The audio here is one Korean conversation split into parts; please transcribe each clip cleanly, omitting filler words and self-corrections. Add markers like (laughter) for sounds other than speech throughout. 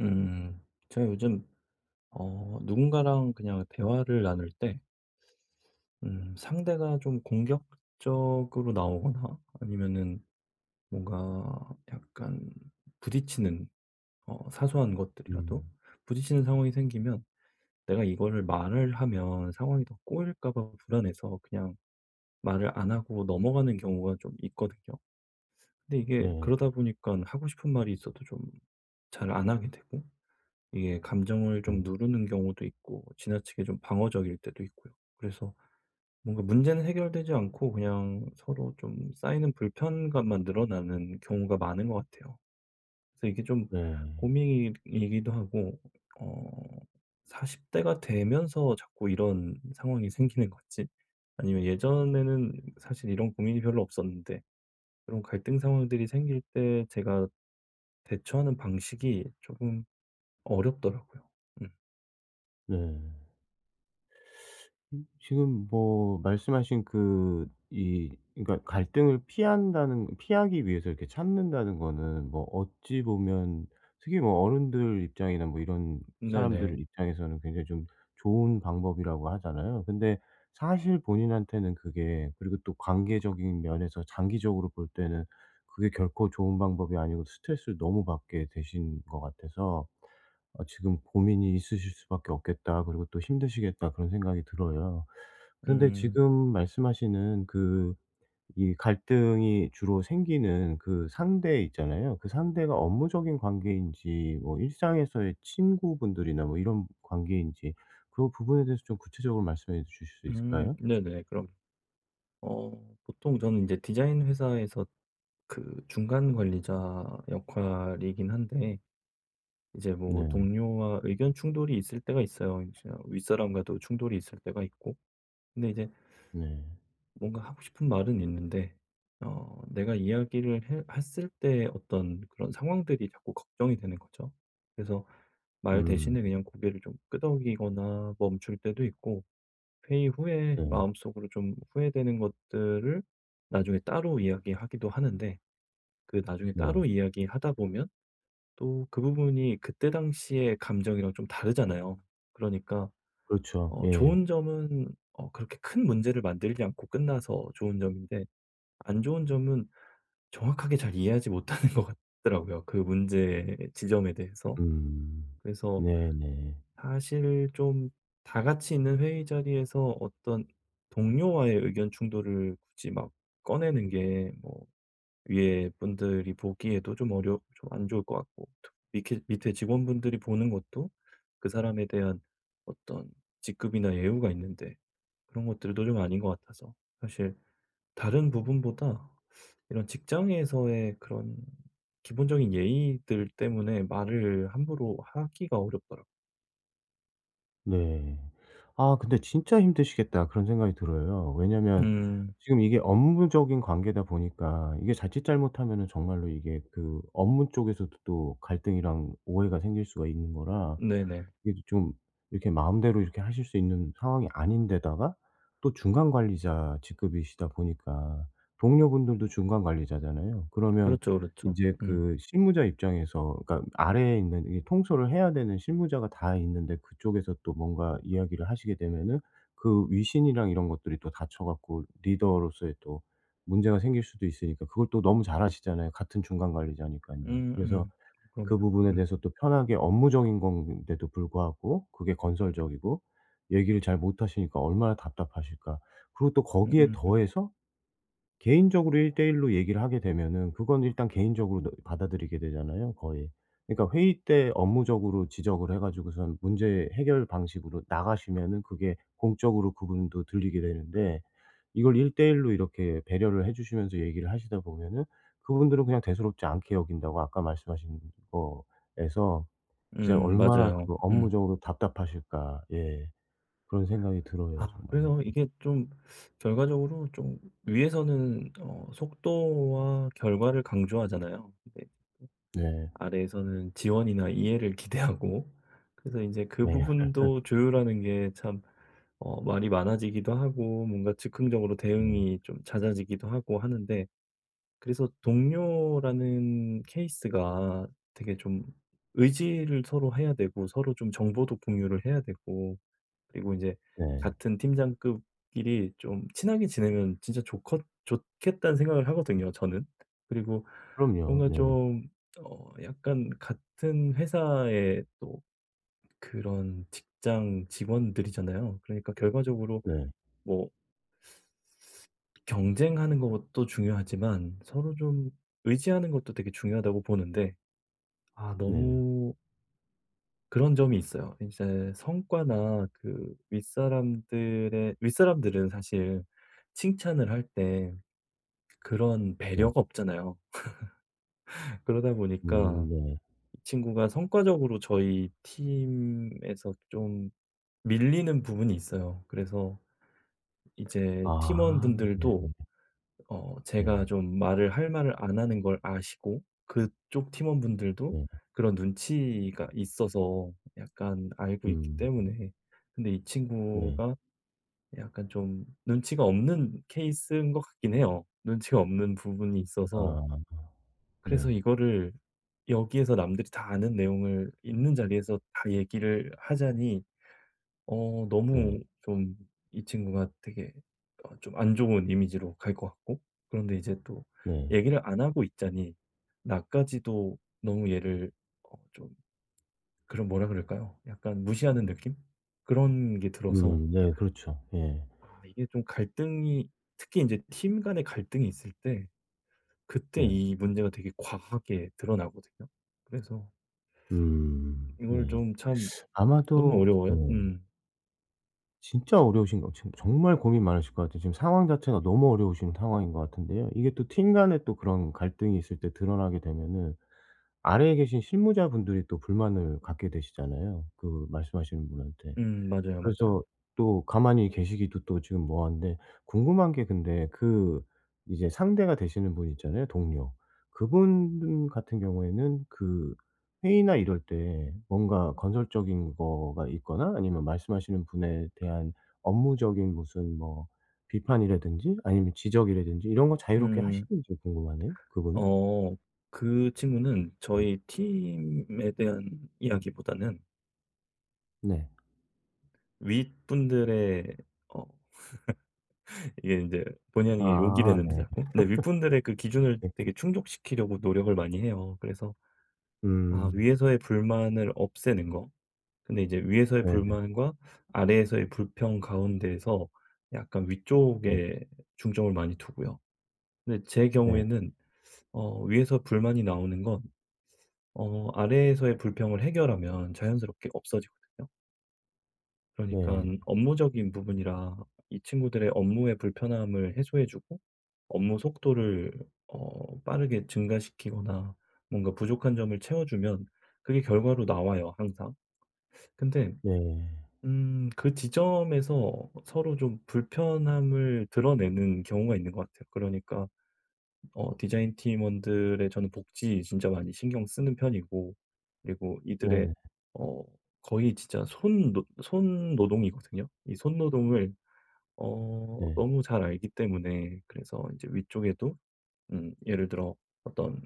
음. 제가 요즘 누군가랑 그냥 대화를 나눌 때 상대가 좀 공격적으로 나오거나 아니면은 뭔가 약간 부딪히는 사소한 것들이라도 음. 부딪히는 상황이 생기면, 내가 이거를 말을 하면 상황이 더 꼬일까 봐 불안해서 그냥 말을 안 하고 넘어가는 경우가 좀 있거든요. 근데 이게 네. 그러다 보니까 하고 싶은 말이 있어도 좀 잘 안 하게 되고, 이게 감정을 좀 네. 누르는 경우도 있고 지나치게 좀 방어적일 때도 있고요. 그래서 뭔가 문제는 해결되지 않고 그냥 서로 좀 쌓이는 불편감만 늘어나는 경우가 많은 것 같아요. 그래서 이게 좀 네. 고민이기도 하고, 어 40대 대가 되면서 자꾸 이런 상황이 생기는 건지, 아니면 예전에는 사실 이런 고민이 별로 없었는데, 그런 갈등 상황들이 생길 때 제가 대처하는 방식이 조금 어렵더라고요. 음. 네. 지금 뭐 말씀하신 그 이 그러니까 갈등을 피한다는 피하기 위해서 이렇게 참는다는 거는 뭐 어찌 보면 특히 뭐 어른들 입장이나 뭐 이런 사람들 네네. 입장에서는 굉장히 좀 좋은 방법이라고 하잖아요. 근데 사실 본인한테는 그게, 그리고 또 관계적인 면에서 장기적으로 볼 때는 그게 결코 좋은 방법이 아니고 스트레스를 너무 받게 되신 것 같아서 아 지금 '고민이 있으실 수밖에 없겠다. 그리고 또 힘드시겠다.' 그런 생각이 들어요. 근데 음. 지금 말씀하시는 이 갈등이 주로 생기는 그 상대 있잖아요. 그 상대가 업무적인 관계인지 뭐 일상에서의 친구분들이나 뭐 이런 관계인지 그 부분에 대해서 좀 구체적으로 말씀해 주실 수 있을까요? 네네. 그럼 보통 저는 이제 디자인 회사에서 그 중간 관리자 역할이긴 한데, 이제 뭐 네. 동료와 의견 충돌이 있을 때가 있어요. 이제 윗사람과도 충돌이 있을 때가 있고. 근데 이제 네. 뭔가 하고 싶은 말은 있는데, 내가 이야기를 해 했을 때 어떤 그런 상황들이 자꾸 걱정이 되는 거죠. 그래서 말 음. 대신에 그냥 고개를 좀 끄덕이거나 멈출 때도 있고, 회의 후에 네. 마음속으로 좀 후회되는 것들을 나중에 따로 이야기하기도 하는데, 그 나중에 네. 따로 이야기하다 보면 또 그 부분이 그때 당시의 감정이랑 좀 다르잖아요. 그러니까 그렇죠. 예. 좋은 점은, 그렇게 큰 문제를 만들지 않고 끝나서 좋은 점인데, 안 좋은 점은 정확하게 잘 이해하지 못하는 (laughs) 것 같더라고요, 그 문제 지점에 대해서. 음. 그래서 네네. 사실 좀, 다 같이 있는 회의 자리에서 어떤 동료와의 의견 충돌을 굳이 막 꺼내는 게 뭐 위에 분들이 보기에도 좀 어려 좀 안 좋을 것 같고, 또 밑에 직원분들이 보는 것도, 그 사람에 대한 어떤 직급이나 예우가 있는데 그런 것들도 좀 아닌 것 같아서, 사실 다른 부분보다 이런 직장에서의 그런 기본적인 예의들 때문에 말을 함부로 하기가 어렵더라고요. 네. 아 근데 진짜 힘드시겠다 그런 생각이 들어요. 왜냐면 음. 지금 이게 업무적인 관계다 보니까 이게 자칫 잘못하면은 정말로 이게 그 업무 쪽에서도 또 갈등이랑 오해가 생길 수가 있는 거라 네네. 이게 좀 이렇게 마음대로 이렇게 하실 수 있는 상황이 아닌데다가 또 중간 관리자 직급이시다 보니까 동료분들도 중간 관리자잖아요. 그러면 그렇죠, 그렇죠. 인제 음. 그 실무자 입장에서, 그러니까 아래에 있는 이 통솔을 해야 되는 실무자가 다 있는데 그쪽에서 또 뭔가 이야기를 하시게 되면은 그 위신이랑 이런 것들이 또 닫혀 갖고 리더로서의 또 문제가 생길 수도 있으니까 그걸 또 너무 잘 아시잖아요, 같은 중간 관리자니깐요. 그래서 음음. 그럼요. 그 부분에 음. 대해서 또 편하게 업무적인 건데도 불구하고 그게 건설적이고 얘기를 잘 못 하시니까 얼마나 답답하실까. 그리고 또 음음. 거기에 더해서 개인적으로 일대일로 얘기를 하게 되면은 그건 일단 개인적으로 너 받아들이게 되잖아요, 거의. 그러니까 회의 때 업무적으로 지적을 해 가지고선 문제 해결 방식으로 나가시면은 그게 공적으로 그분도 들리게 되는데 이걸 일대일로 이렇게 배려를 해 주시면서 얘기를 하시다 보면은 그분들은 그냥 대수롭지 않게 여긴다고 아까 말씀하신 거에서 진짜 얼마나 맞아요. 그 음. 업무적으로 답답하실까. 예. 그런 생각이 들어요, 아, 정말. 그래서 이게 좀 결과적으로 좀, 위에서는 속도와 결과를 강조하잖아요. 근데 예. 네. 아래에서는 지원이나 이해를 (laughs) 기대하고, 그래서 이제 그 네. 부분도 조율하는 게 참 말이 많아지기도 하고 뭔가 즉흥적으로 네. 대응이 좀 잦아지기도 하고 하는데, 그래서 동료라는 케이스가 되게 좀 의지를 서로 해야 되고 서로 좀 정보도 공유를 해야 되고, 그리고 이제 네. 같은 팀장급끼리 좀 친하게 지내면 진짜 좋컷 좋겠다는 생각을 하거든요 저는. 그리고 그럼요. 뭔가 네. 좀 약간 같은 회사의 또 그런 직장 직원들이잖아요. 그러니까 결과적으로 네. 뭐 경쟁하는 것도 중요하지만 서로 좀 의지하는 것도 되게 중요하다고 보는데, 아 네. 너무 그런 점이 있어요. 이제 성과나 그 윗사람들의 윗사람들은 사실 칭찬을 할 때 그런 네. 배려가 없잖아요. 그러다 보니까 네. 이 친구가 성과적으로 저희 팀에서 좀 밀리는 부분이 있어요. 그래서 이제 아 네. 팀원분들도 제가 네. 좀 말을 안 하는 걸 아시고, 그쪽 팀원분들도 네. 그런 눈치가 있어서 약간 알고 있기 음 때문에, 근데 이 네. 친구가 약간 좀 눈치가 없는 케이스인 것 같긴 해요. 눈치가 없는 부분이 있어서 아 네. 그래서 이거를 여기에서 남들이 다 아는 내용을 있는 자리에서 다 얘기를 하자니 네. 너무 좀 이 친구가 되게 좀 안 좋은 이미지로 갈 것 같고, 그런데 이제 또 네. 얘기를 안 하고 있자니 나까지도 너무 얘를 좀 그런, 뭐라 그럴까요? 약간 무시하는 느낌? 그런 게 들어서, 네. 그렇죠. 예. 아 이게 좀 갈등이 특히 이제 팀 간의 갈등이 있을 때, 그때 네. 이 문제가 되게 과하게 드러나거든요. 그래서 이걸 네. 좀 참 너무 아마도 네. 어려워요. 음. 진짜 어려우신 거 지금 정말 고민 많으실 것 같아요. 지금 상황 자체가 너무 어려우신 상황인 것 같은데요. 이게 또 팀 간에 또 그런 갈등이 있을 때 드러나게 되면은 아래에 계신 실무자분들이 또 불만을 갖게 되시잖아요, 그 말씀하시는 분한테. 맞아요, 맞아요. 그래서 또 가만히 계시기도 또 지금 뭐한데 궁금한 게, 근데 이제 상대가 되시는 분 있잖아요, 동료. 그분 같은 경우에는 그 회의나 이럴 때 뭔가 건설적인 거가 있거나 아니면 말씀하시는 분에 대한 업무적인 무슨 뭐 비판이라든지 아니면 지적이라든지 이런 거 자유롭게 음. 하시는지 궁금하네요, 그분은? 어 그 친구는 음. 저희 팀에 대한 이야기보다는 네. 윗분들의 어 이게 이제, 본의 아니게 욕이 아 되는데 네. 자꾸. 근데 윗분들의 그 기준을 네. 되게 충족시키려고 노력을 많이 해요. 그래서 아 음. 위에서의 불만을 없애는 거. 근데 이제 위에서의 네네. 불만과 아래에서의 불평 가운데에서 약간 네. 위쪽에 중점을 많이 두고요. 근데 제 네. 경우에는 위에서 불만이 나오는 건, 아래에서의 불평을 해결하면 자연스럽게 없어지거든요. 그러니까 네. 업무적인 부분이라 이 친구들의 업무의 불편함을 해소해 주고, 업무 속도를 빠르게 증가시키거나 뭔가 부족한 점을 채워 주면 그게 결과로 나와요, 항상. 근데 네. 그 지점에서 서로 좀 불편함을 드러내는 경우가 있는 것 같아요. 그러니까 디자인 팀원들의, 저는 복지 진짜 많이 신경 쓰는 편이고, 그리고 이들의 네네. 어 거의 진짜 손 노 손노동이거든요. 이 손노동을 네. 너무 잘 알기 때문에, 그래서 이제 위쪽에도 예를 들어 어떤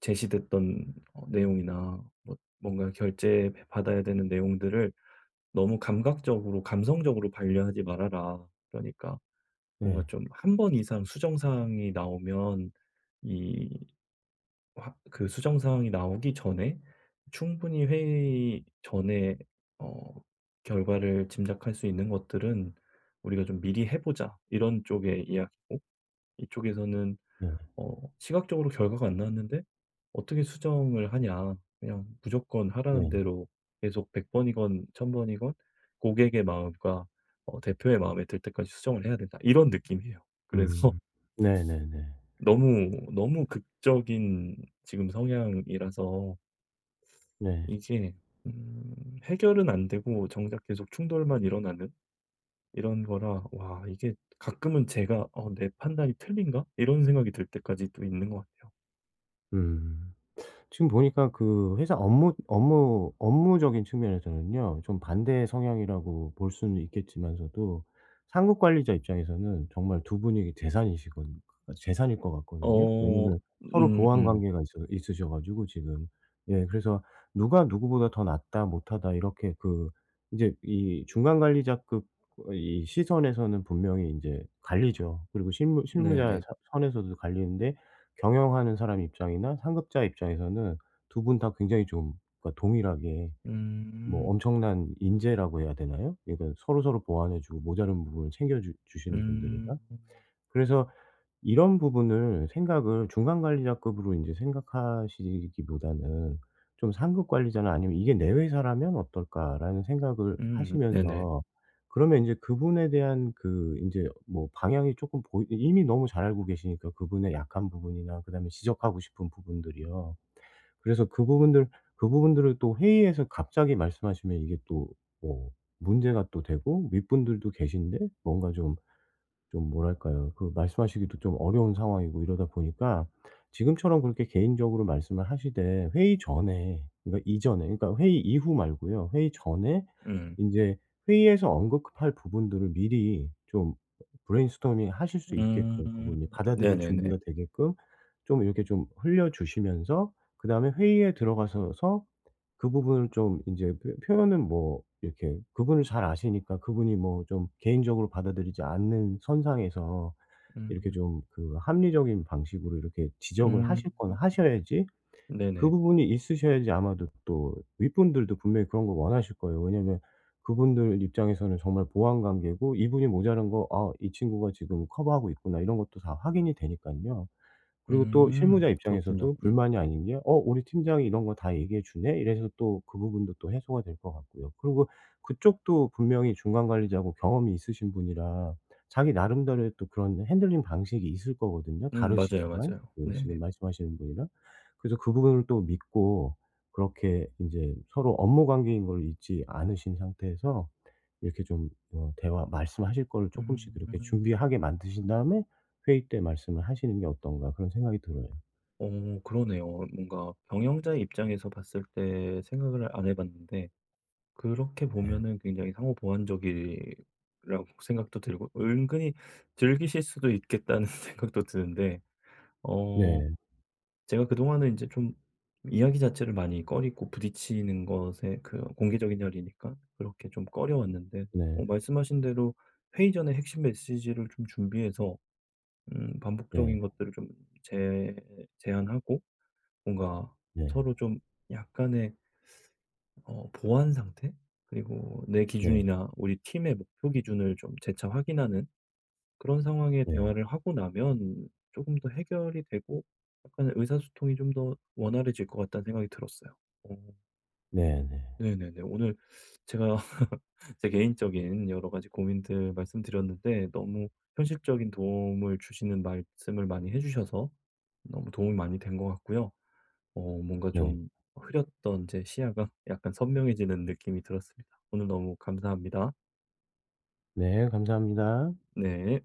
제시됐던 내용이나 뭐 뭔가 결제 받아야 되는 내용들을, "너무 감각적으로 감성적으로 반려하지 말아라." 그러니까 뭔가 네. 좀 한 번 이상 수정 사항이 나오면 이 그 수정 사항이 나오기 전에 충분히 회의 전에 어 결과를 짐작할 수 있는 것들은 "우리가 좀 미리 해 보자." 이런 쪽의 이야기고, 이쪽에서는 네. "시각적으로 결과가 안 나왔는데 어떻게 수정을 하냐. 그냥 무조건 하라는 네. 대로 계속 백 번이건 천 번이건 고객의 마음과 대표의 마음에 들 때까지 수정을 해야 된다." 이런 느낌이에요. 그래서 음. 네네네. (laughs) 너무, 너무 극적인 지금 성향이라서, 네. 이게 음 해결은 안 되고 정작 계속 충돌만 일어나는 이런 거라, 와 이게 가끔은 제가 내 판단이 틀린가?' 이런 생각이 들 때까지 또 있는 것 같아요. 음. 지금 보니까 그 회사 업무적인 측면에서는요, 좀 반대 성향이라고 볼 수는 있겠지만서도 상급 관리자 입장에서는 정말 두 분이 재산이시건 재산일 것 같거든요. 어 왜냐면 서로 보완 음음. 관계가 있어 있으셔 가지고 지금. 예, 그래서 누가 누구보다 더 낫다 못하다 이렇게 그 이제 이 중간 관리자급, 이 시선에서는 분명히 이제 갈리죠. 그리고 실무자 네네. 선 선에서도 갈리는데 경영하는 사람 입장이나 상급자 입장에서는 두 분 다 굉장히 좀, 그러니까 동일하게 뭐 음. 엄청난 인재라고 해야 되나요? 그러니까 서로서로 보완해 주고 모자른 부분을 챙겨 주 주시는 분들이라. 음. 그래서 이런 부분을 생각을 중간 관리자급으로 인제 생각하시기보다는 좀 '상급 관리자나 아니면 이게 내 회사라면 어떨까?'라는 생각을 네네. 하시면서 그러면 인제 그분에 대한 그 인제 뭐 방향이 쪼끔 보이 이미 너무 잘 알고 계시니까 그분의 약한 부분이나 그다음에 지적하고 싶은 부분들이요. 그래서 그 부분들 그 부분들을 또 회의에서 갑자기 말씀하시면 이게 또 뭐 문제가 또 되고 윗분들도 계신데 뭔가 좀, 뭐랄까요. 그 말씀하시기도 좀 어려운 상황이고 이러다 보니까 지금처럼 그렇게 개인적으로 말씀을 하시되 회의 전에, 그러니까 이전에, 그러니까 회의 이후 말고요. 회의 전에 음. 인제 회의에서 언급할 부분들을 미리 좀 브레인스토밍 하실 수 있게끔, 음. 그분이 받아들일 네네네. 준비가 되게끔 좀 이렇게 좀 흘려 주시면서 그다음에 회의에 들어가셔서 그 부분을 좀 인제 표 표현은 뭐 이렇게 그분을 잘 아시니까 그분이 뭐 좀 개인적으로 받아들이지 않는 선상에서 이렇게 음. 좀 그 합리적인 방식으로 이렇게 지적을 음. 하실 건 하셔야지, 그 네네. 부분이 있으셔야지 아마도 또 윗분들도 분명히 그런 걸 원하실 거예요. 왜냐면 그분들 입장에서는 정말 보완 관계고 이분이 모자란 거 '아 이 친구가 지금 커버하고 있구나.' 이런 것도 다 확인이 되니깐요. 그리고 또 실무자 음. 그렇군요. 입장에서도 음. 불만이 아닌 게 '어 우리 팀장이 이런 거 다 얘기해 주네.' 이래서 또 그 부분도 또 해소가 될 것 같고요. 그리고 그쪽도 분명히 중간 관리자고 경험이 있으신 분이라 자기 나름대로의 또 그런 핸들링 방식이 있을 거거든요, 맞아요, 다르시지만 맞아요. 그 지금 네네. 말씀하시는 분이랑. 그래서 그 부분을 또 믿고 그렇게 인제 서로 업무 관계인 걸 잊지 않으신 상태에서 이렇게 좀 대화 말씀하실 거를 쪼끔씩 이렇게 음. 준비하게 만드신 다음에 회의 때 말씀을 하시는 게 어떤가 그런 생각이 들어요. 어 그러네요. 뭔가 경영자의 입장에서 봤을 때 생각을 안 해 봤는데, 그렇게 예. 보면은 굉장히 상호 보완적이라고 (laughs) 생각도 들고 은근히 즐기실 수도 있겠다는 (laughs) 생각도 드는데, 어 네. 제가 그동안은 이제 좀 이야기 자체를 많이 꺼리고 부딪히는 것에, 그 공개적인 자리니까 그렇게 좀 꺼려 왔는데, 네. 말씀하신 대로 회의 전에 핵심 메시지를 좀 준비해서 네. 반복적인 것들을 좀 제 제안하고, 뭔가 네. 서로 좀 약간의 보완 상태? 그리고 내 네. 기준이나 우리 팀의 목표 기준을 좀 재차 확인하는 그런 상황의 네. 대화를 하고 나면 조금 더 해결이 되고 약간의 의사소통이 좀 더 원활해질 것 같다는 생각이 들었어요. 어 네네. 네. 네네네. 오늘 제가 (laughs) 제 개인적인 여러 가지 고민들 말씀드렸는데, 너무 현실적인 도움을 주시는 말씀을 많이 해 주셔서 너무 도움이 많이 된 것 같고요. 뭔가 네. 좀 흐렸던 제 시야가 (laughs) 약간 선명해지는 느낌이 들었습니다. 오늘 너무 감사합니다. 네. 감사합니다. 네.